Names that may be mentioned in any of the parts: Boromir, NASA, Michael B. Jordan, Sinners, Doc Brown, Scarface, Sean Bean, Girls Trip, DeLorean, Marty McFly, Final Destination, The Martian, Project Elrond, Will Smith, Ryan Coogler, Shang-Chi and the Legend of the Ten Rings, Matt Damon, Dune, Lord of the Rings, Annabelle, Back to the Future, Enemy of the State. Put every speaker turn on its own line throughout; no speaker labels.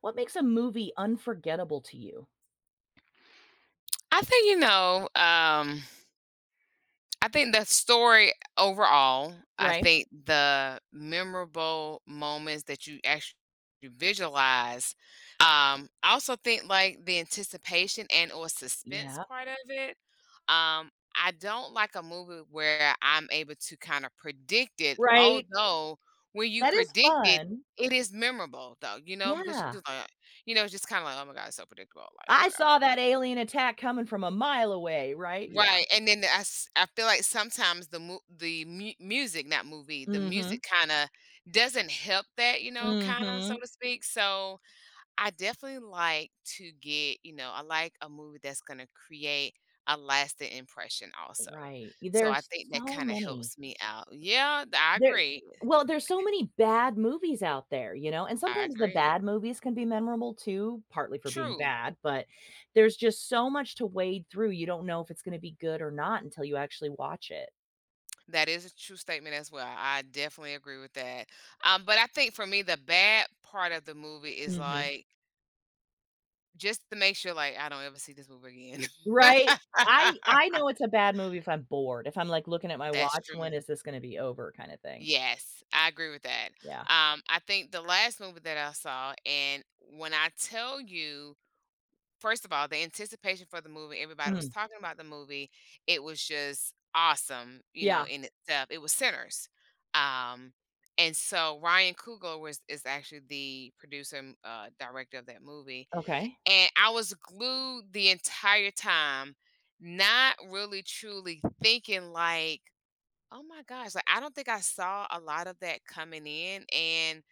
What makes a movie unforgettable to you?
I think, you know, um, I think the story overall, I
Right.
think the memorable moments that you actually visualize, I also think like the anticipation and or suspense
Yeah.
part of it. Um, I don't like a movie where I'm able to kind of predict it,
Right.
although when you
That is
predict it,
fun.
it is memorable though, because
Yeah.
you're like, it's just kind of like, oh my God, it's so predictable. Like, oh
I
my God.
saw that alien attack coming from a mile away, right? Yeah.
Right, and then the I s I feel like sometimes the mu music not movie, the
Mhm.
music kinda doesn't help that, so
Mhm.
to speak, so I definitely like to I like a movie that's gonna create a lasting impression also,
Right.
so I
There's
think that
so
kinda
many.
helps me out. Yeah, th I
There
agree.
Well, there's so many bad movies out there, you know, and
I
sometimes the
agree.
bad movies can be memorable too, partly for being
True.
bad, but there's just so much to wade through. You don't know if it's gonna be good or not until you actually watch it.
That is a true statement as well. I definitely agree with that, but I think for me, the bad part of the movie is,
Mhm.
like just to make sure, like, I don't ever see this movie again.
Right? I know it's a bad movie if I'm bored, if I'm, like, looking at my
That's
watch, "When
true.
is this gonna be over?" kinda thing.
Yes, I agree with that.
Yeah.
I think the last movie that I saw, and when I tell you, first of all, the anticipation for the movie, everybody was
Mm.
talking about the movie. It was just awesome,
Yeah.
in itself. It was Sinners. Um, and so Ryan Coogler was is actually the producer and director of that movie.
Okay.
And I was glued the entire time, not really truly thinking like, "Oh my gosh," like, I don't think I saw a lot of that coming in, and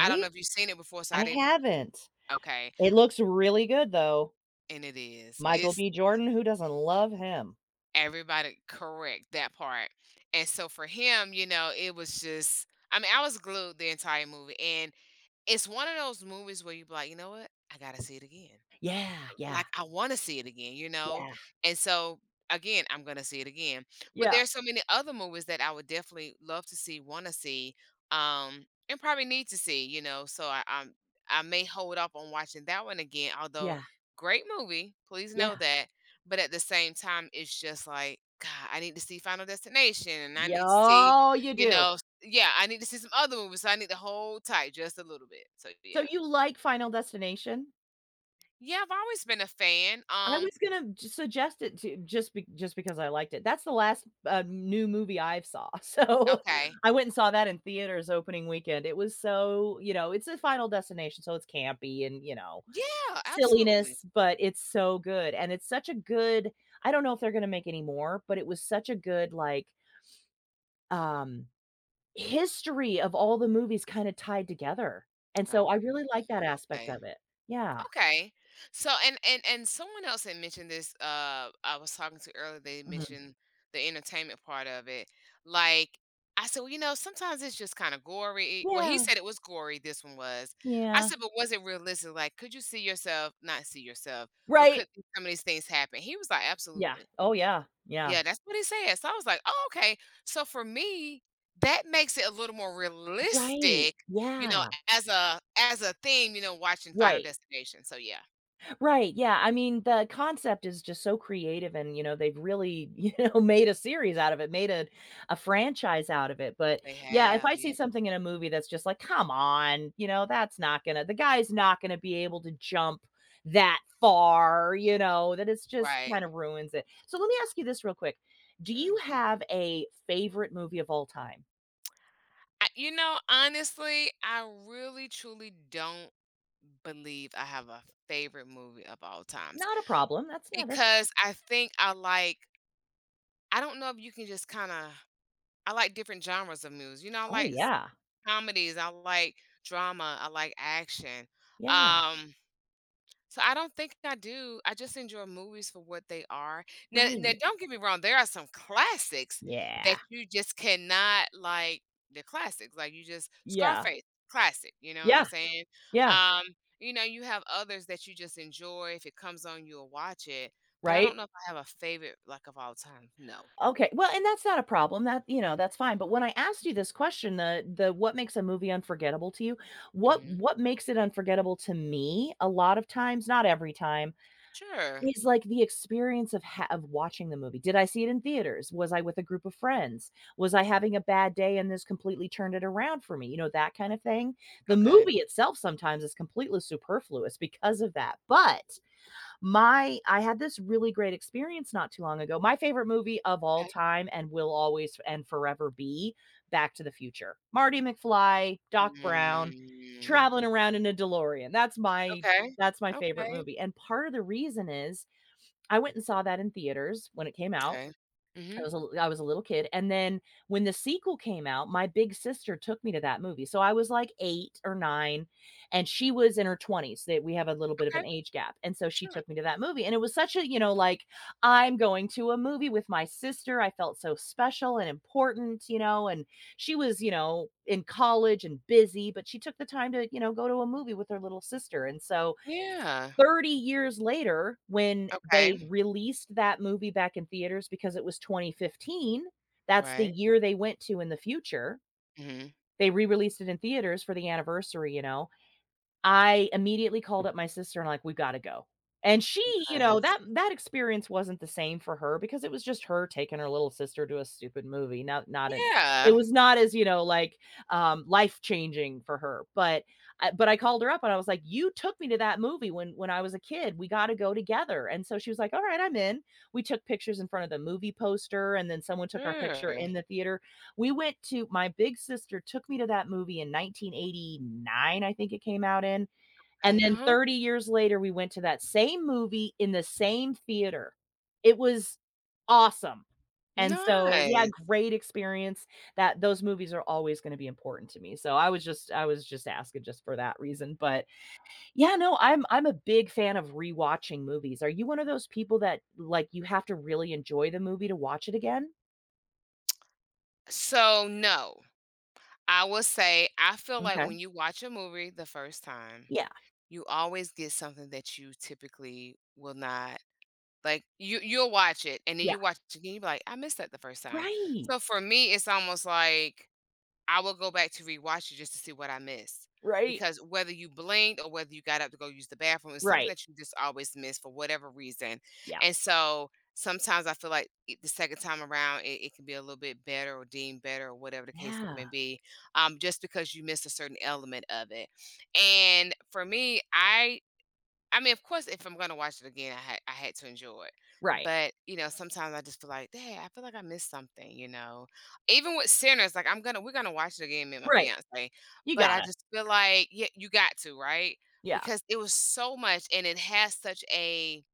I don't know if you've seen it before, so
I
I didn't.
haven't.
Okay,
It looks really good, though.
and it is.
Michael
It's
B. Jordan, who doesn't love him?
everybody correct, that part, and so for him, you know, it was just I mean, I was glued the entire movie, and it's one of those movies where you'll be like, "You know what? I gotta see it again."
Yeah, yeah,
Like I want to see it again, you know?
yeah,
And so again, I'm going to see it again. But
yeah,
there's so many other movies that I would definitely love to see, want to see, and probably need to see, you know. So I'm, I may hold up on watching that one again, although
yeah,
great movie, please know
yeah.
that. But at the same time, it's just like God, I need to see Final Destination and I
Yeah,
need to see,
oh, you
you
do.
know, yeah, I need to see some other movies. So I need to hold tight just a little bit. So
So
yeah.
you like Final Destination?
Yeah, I've always been a fan.
I was gonna j suggest it to just because I liked it. That's the last, new movie I've saw, so
Okay.
I went and saw that in theaters opening weekend. It was so, you know, it's a Final Destination, so it's campy and, you know,
Yeah, absolutely.
silliness, but it's so good, and it's such a good. I don't know if they're gonna make any more, but it was such a good, like, um, history of all the movies kinda tied together, and so
Uh,
I really like that aspect
okay.
of it. Yeah.
Okay. So and someone else had mentioned this I was talking to earlier they
Mhm.
mentioned the entertainment part of it. Like I said, well, you know, sometimes it's just kind of gory. Well, he
Yeah,
said it was gory, this one was. I
yeah.
said, but was it realistic? Like, could you see yourself, not see yourself, but
Right?
could some of these things happen? He was like,
Yeah.
absolutely.
Oh, yeah. Yeah.
Yeah, that's what he said. So I was like, "Oh, okay." So for me, that makes it a little more
Right.
realistic, you know,
Yeah.
as a theme, you know, watching Final
Right.
Destination. So yeah,
Right. Yeah. I mean, the concept is just so creative and, you know, they've really, you know, made a series out of it, made a franchise out of it. But
they
yeah, if
have,
I see
yeah,
something in a movie that's just like, come on, you know, that's not gonna the guy's not gonna be able to jump that far, you know, that it's just
right,
kind of ruins it. So let me ask you this real quick. Do you
sure.
have a favorite movie of all time?
I, you know, honestly, I really truly don't believe I have a favorite movie of all times
Not a problem. That's, yeah, that's,
because I think I like. I don't know if you can just kind of. I like different genres of movies. You know, I
oh
like
yeah.
comedies, I like drama, I like action.
Yeah.
Um, so I don't think I do. I just enjoy movies for what they are. Now,
Right.
don't get me wrong, there are some classics
Yeah.
that you just cannot like the classics. Like you just
Yeah.
Scarface, classic, you know what I'm
Yeah.
saying?
Yeah.
Um, you know, you have others that you just enjoy. If it comes on, you'll watch it. But I
Right?
don't know if I have a favorite like of all time. No.
Okay. Well, and that's not a problem. That, you know, that's fine. But when I asked you this question, the what makes a movie unforgettable to you?
Hmm.
What makes it unforgettable to me a lot of times, not every time,
Sure.
is like the experience of ha- of watching the movie. Did I see it in theaters? Was I with a group of friends? Was I having a bad day and this completely turned it around for me? You know, that kind of thing. The
Okay.
movie itself sometimes is completely superfluous because of that. But my I had this really great experience not too long ago. My favorite movie of all
Okay.
time and will always and forever be Back to the Future. Marty McFly, Doc Brown,
Mm.
traveling around in a DeLorean.
Okay.
That's my favorite
Okay.
movie. And part of the reason is I went and saw that in theaters when it came out.
Okay. Mhm.
I was a little kid, and then when the sequel came out, my big sister took me to that movie, so I was, like, 8 or 9, and she was in her 20s, that we have a little bit of an
Okay.
age gap, and so she
Sure.
took me to that movie, and it was such a, you know, like, "I'm going to a movie with my sister," I felt so special and important, you know, and she was, you know, in college and busy, but she took the time to, you know, go to a movie with her little sister, and so
Yeah.
30 years later, when they
Okay.
released that movie back in theaters because it was 2015, that's the
Right.
year they went to in the future.
Mhm.
They re-released it in theaters for the anniversary, you know? I immediately called up my sister and like, "We gotta go." And she, you know,
Nice.
that that experience wasn't the same for her because it was just her taking her little sister to a stupid movie. Not not a it
Yeah.
was not as, you know, like, life-changing for her, but I called her up and I was like, "You took me to that movie when I was a kid. We gotta go together." And so she was like, "Alright, I'm in." We took pictures in front of the movie poster and then someone took our picture
Sure.
in the theater. We went to My big sister took me to that movie in 1989, I think it came out in, and
Okay.
then
Uh-huh.
30 years later, we went to that same movie in the same theater. It was awesome. And so, yeah,
Nice.
great experience. That those movies are always gonna be important to me. So I was just asking just for that reason. But yeah, no, I'm a big fan of rewatching movies. Are you one of those people that like you have to really enjoy the movie to watch it again?
So no, I will say I feel like
Okay.
when you watch a movie the first time,
Yeah.
you always get something that you typically will not like. You'll watch it and then
Yeah.
you watch it again. You be like, I missed that the first time.
Right.
So for me, it's almost like I will go back to rewatch it just to see what I missed.
Right?
Because whether you blinked or whether you got up to go use the bathroom, it's something
Right.
that you just always miss for whatever reason.
Yeah.
And so sometimes I feel like the second time around, it can be a little bit better or deemed better or whatever the case may
Yeah.
be, just because you missed a certain element of it. And for me, I mean, of course, if I'm gonna watch it again, I had to enjoy it.
Right.
But you know, sometimes I just feel like, dang, I feel like I missed something. You know, even with Sinners, like I'm gonna we're gonna watch it again, me and my
Right.
fiance.
You
But
got
I
it.
just feel like, yeah, you got to right
Yeah.
because it was so much, and it has such a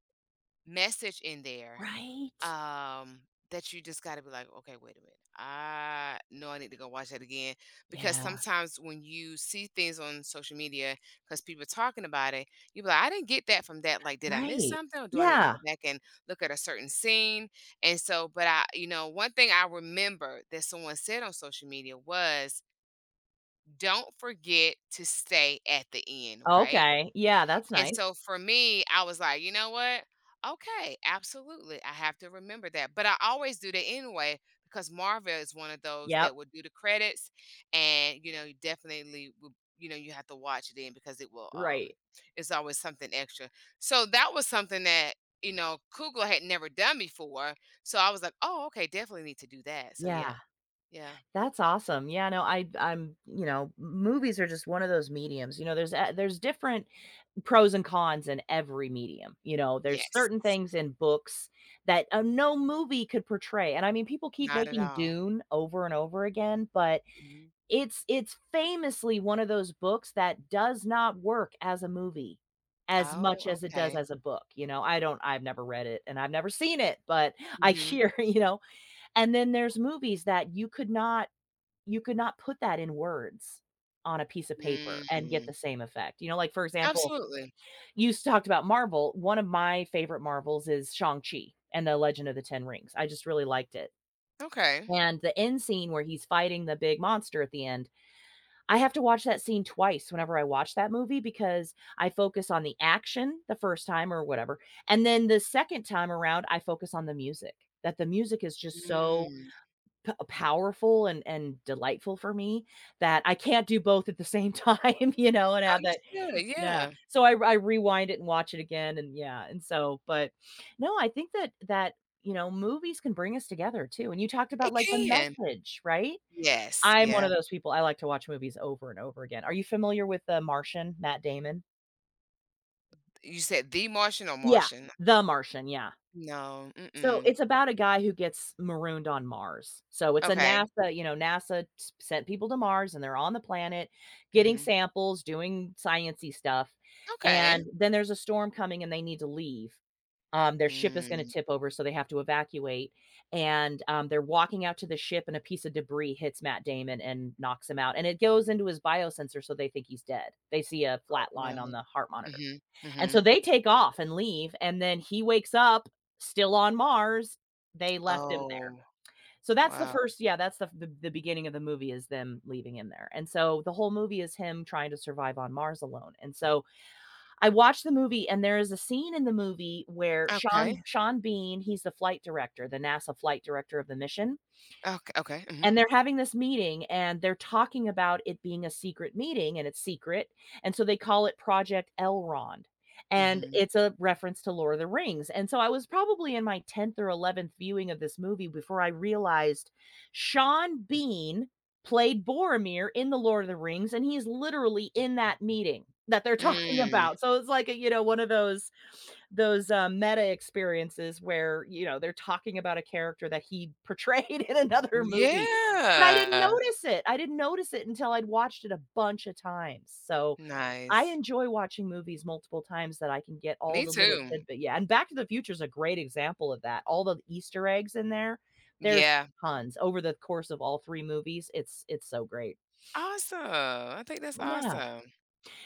message in there
Right?
um that you just got to be like okay wait a minute I know I need to go watch that again because
Yeah.
sometimes when you see things on social media because people are talking about it you be like I didn't get that from that like did I miss
Right.
something or do I need to
Yeah.
go back and look at a certain scene and so but I you know one thing I remember that someone said on social media was don't forget to stay at the end right
Okay. Yeah, that's
and
nice.
so for me, I was like, you know what? Okay, absolutely. I have to remember that. But I always do that anyway because Marvel is one of those
Yep.
that will do the credits and you know, you definitely will, you know, you have to watch it in because it will
Right.
it's always something extra. So that was something that you know, Kugler had never done before. So I was like, oh, okay, definitely need to do that. So
Yeah.
yeah, yeah,
That's awesome. Yeah, no, I'm, you know, movies are just one of those mediums, you know, there's a there's different pros and cons in every medium, you know, there's
yes,
certain things in books that, no movie could portray, and I mean, people keep
not at
making
all.
Dune over and over again, but
Mhm.
It's famously one of those books that does not work as a movie as
Oh,
much as it does
okay.
as a book, you know, I've never read it and I've never seen it, but I
Hmm.
hear, you know, and then there's movies that you could not put that in words on a piece of paper and get
Mm,
the same effect, you know, like, for example,
absolutely.
you s talked about Marvel, one of my favorite Marvels is Shang-Chi and the Legend of the Ten Rings. I just really liked it,
Okay.
and the end scene where he's fighting the big monster at the end, I have to watch that scene twice whenever I watch that movie because I focus on the action the first time or whatever, and then the second time around, I focus on the music. That the music is just so
Mm,
powerful and delightful for me that I can't do both at the same time, you know, and have that.
understood,
Yeah.
yeah.
So I rewind it and watch it again, and yeah, and so, but no, I think that you know movies can bring us together too. And you talked about
It
like the
can.
message, right?
Yes,
I'm one
yeah.
of those people, I like to watch movies over and over again. Are you familiar with The Martian, Matt Damon?
You said The Martian or
Yeah.
Martian?
The Martian, yeah.
No,
So,
mm-mm.
it's about a guy who gets marooned on Mars. So, it's a
Okay.
NASA, you know, NASA s sent people to Mars, and they're on the planet getting
Mhm.
samples, doing science stuff,
Okay.
and then there's a storm coming, and they need to leave. Their ship is gonna
Mm.
tip over, so they have to evacuate, and, they're walking out to the ship, and a piece of debris hits Matt Damon and knocks him out, and it goes into his biosensor, so they think he's dead. They see a
Oh,
flat
wow.
line on the heart monitor,
Mhm,
and so
mhm.
they take off and leave, and then he wakes up still on Mars. They left him there.
Oh,
So that's the
wow.
first, yeah, that's the beginning of the movie is them leaving him there, and so the whole movie is him trying to survive on Mars alone, and so I watched the movie, and there is a scene in the movie where
Okay.
Sean Bean, he's the flight director, the NASA flight director of the mission.
Okay, okay, mhm,
And they're having this meeting, and they're talking about it being a secret meeting, and it's secret, and so they call it Project Elrond, and
mhm.
it's a reference to Lord of the Rings, and so I was probably in my 10th or 11th viewing of this movie before I realized Sean Bean played Boromir in The Lord of the Rings, and he's literally in that meeting that they're talking
Mm.
about, so it's like a, you know, one of those meta experiences where, you know, they're talking about a character that he portrayed in another movie. But I didn't
Yeah.
notice it. I didn't notice it until I'd watched it a bunch of times. So, I
Nice.
enjoy watching movies multiple times that I can get all
Me
the little
too.
tidbit. Yeah, and Back to the Future is a great example of that. All the Easter eggs in there, there's
Yeah.
tons over the course of all 3 movies. It's so great.
Awesome. I think that's
Yeah.
awesome.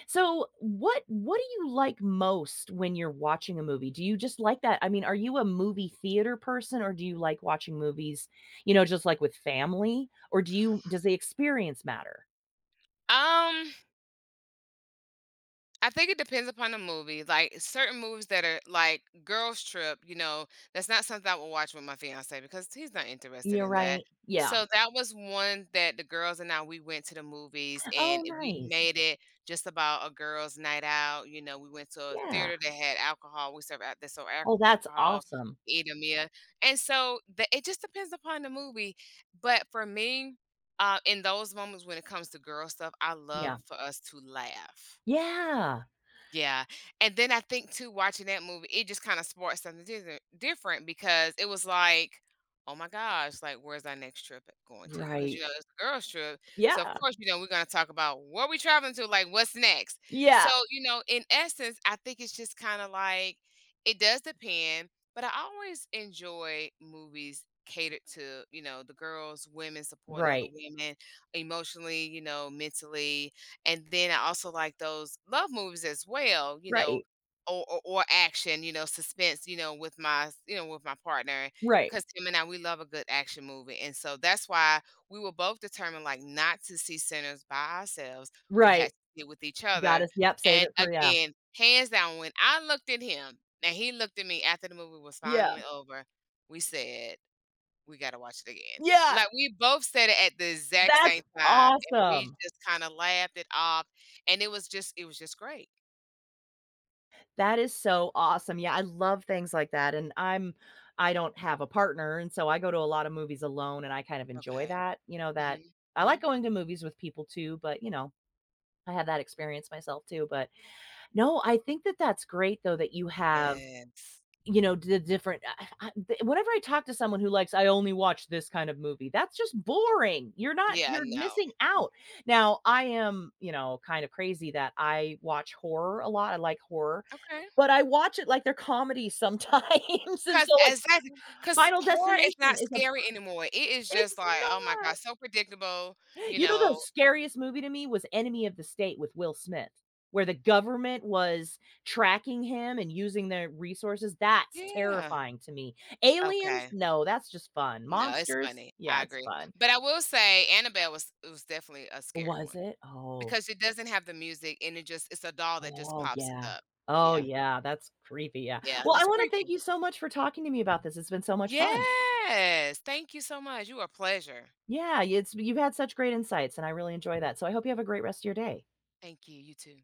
So, what do you like most when you're watching a movie? Do you just like that I mean, are you a movie theater person, or do you like watching movies, you know, just, like, with family? Or do you does the experience matter?
Um I think it depends upon the movie. Like certain movies that are like Girls Trip, you know, that's not something I would watch with my fiance because he's not interested
You're
in that.
right. Yeah.
So that was one that the girls and I we went to the movies and
Oh,
we
nice.
made it just about a girls' night out. You know, we went to a
Yeah.
theater that had alcohol. We served out this so
Oh, that's
alcohol,
awesome.
eat a meal, and so it just depends upon the movie. But for me, in those moments when it comes to girl stuff, I
Yeah.
love for us to laugh
Yeah.
yeah, and then I think too, watching that movie, it just kinda sparked something different because it was like, "Oh my gosh, like, where's our next trip going to? Because you
Right.
know, it's a girls' trip, so of
Yeah.
course, you know, we're gonna talk about where we traveling to, like, what's next?" So,
Yeah.
you know, in essence, I think it's just kinda like it does depend, but I always enjoy movies catered to, you know, the girls, women supporting other
Right.
women emotionally, you know, mentally. And then I also like those love movies as well, you know,
Right.
or action, you know, suspense, you know, with with my partner.
Right.
Because him and I, we love a good action movie. And so that's why we were both determined like not to see Sinners by ourselves. We had
Right.
to see it with each
Got
other.
us. Yep. Save it
And
for yeah.
again, hands down, when I looked at him and he looked at me after the movie was
Yeah.
finally over, we said, we gotta watch it again.
Yeah.
Like, we both said it at the exact
That's
same time, and we
awesome.
just kinda laughed it off, and it was just great.
That is so awesome. Yeah. I love things like that. And I'm I don't have a partner. And so I go to a lot of movies alone and I kind of enjoy
Okay.
that. You know, that
Mhm.
I like
Mhm.
going to movies with people too, but you know, I had that experience myself too. But no, I think that's great though that you have,
Yes.
you know, the different I th whenever I talk to someone who likes, "I only watch this kind of movie," that's just boring. You're not,
Yeah,
you're
no.
missing out. Now, I am, you know, kind of crazy that I watch horror a lot. I like horror,
Okay.
but I watch it like they're comedy sometimes, and
Because okay.
so, like,
'Cause because
Final
horror is
Destination
not
is a
scary anymore. It is just
it's
like, "Oh my
not.
god, so predictable," you
You know the
know?
scariest movie to me was Enemy of the State with Will Smith, where the government was tracking him and using their resources. That's
Yeah.
terrifying to me. Aliens?
Okay.
No, that's just fun.
No, it's
Monsters?
funny.
Yeah,
I
it's
agree.
fun.
But I will say Annabelle was definitely a scary
Was
one.
it? Oh.
Because it doesn't have the music and it just it's a doll that just
Oh,
pops
yeah.
up.
Oh,
Yeah.
yeah, that's creepy, yeah.
Yeah,
Well, I
that's
wanna thank
creepy.
you so much for talking to me about this. It's been so much fun.
Yes. Thank you so much. You are a pleasure.
Yeah, it's you've had such great insights, and I really enjoy that. So I hope you have a great rest of your day.
Thank you. You too.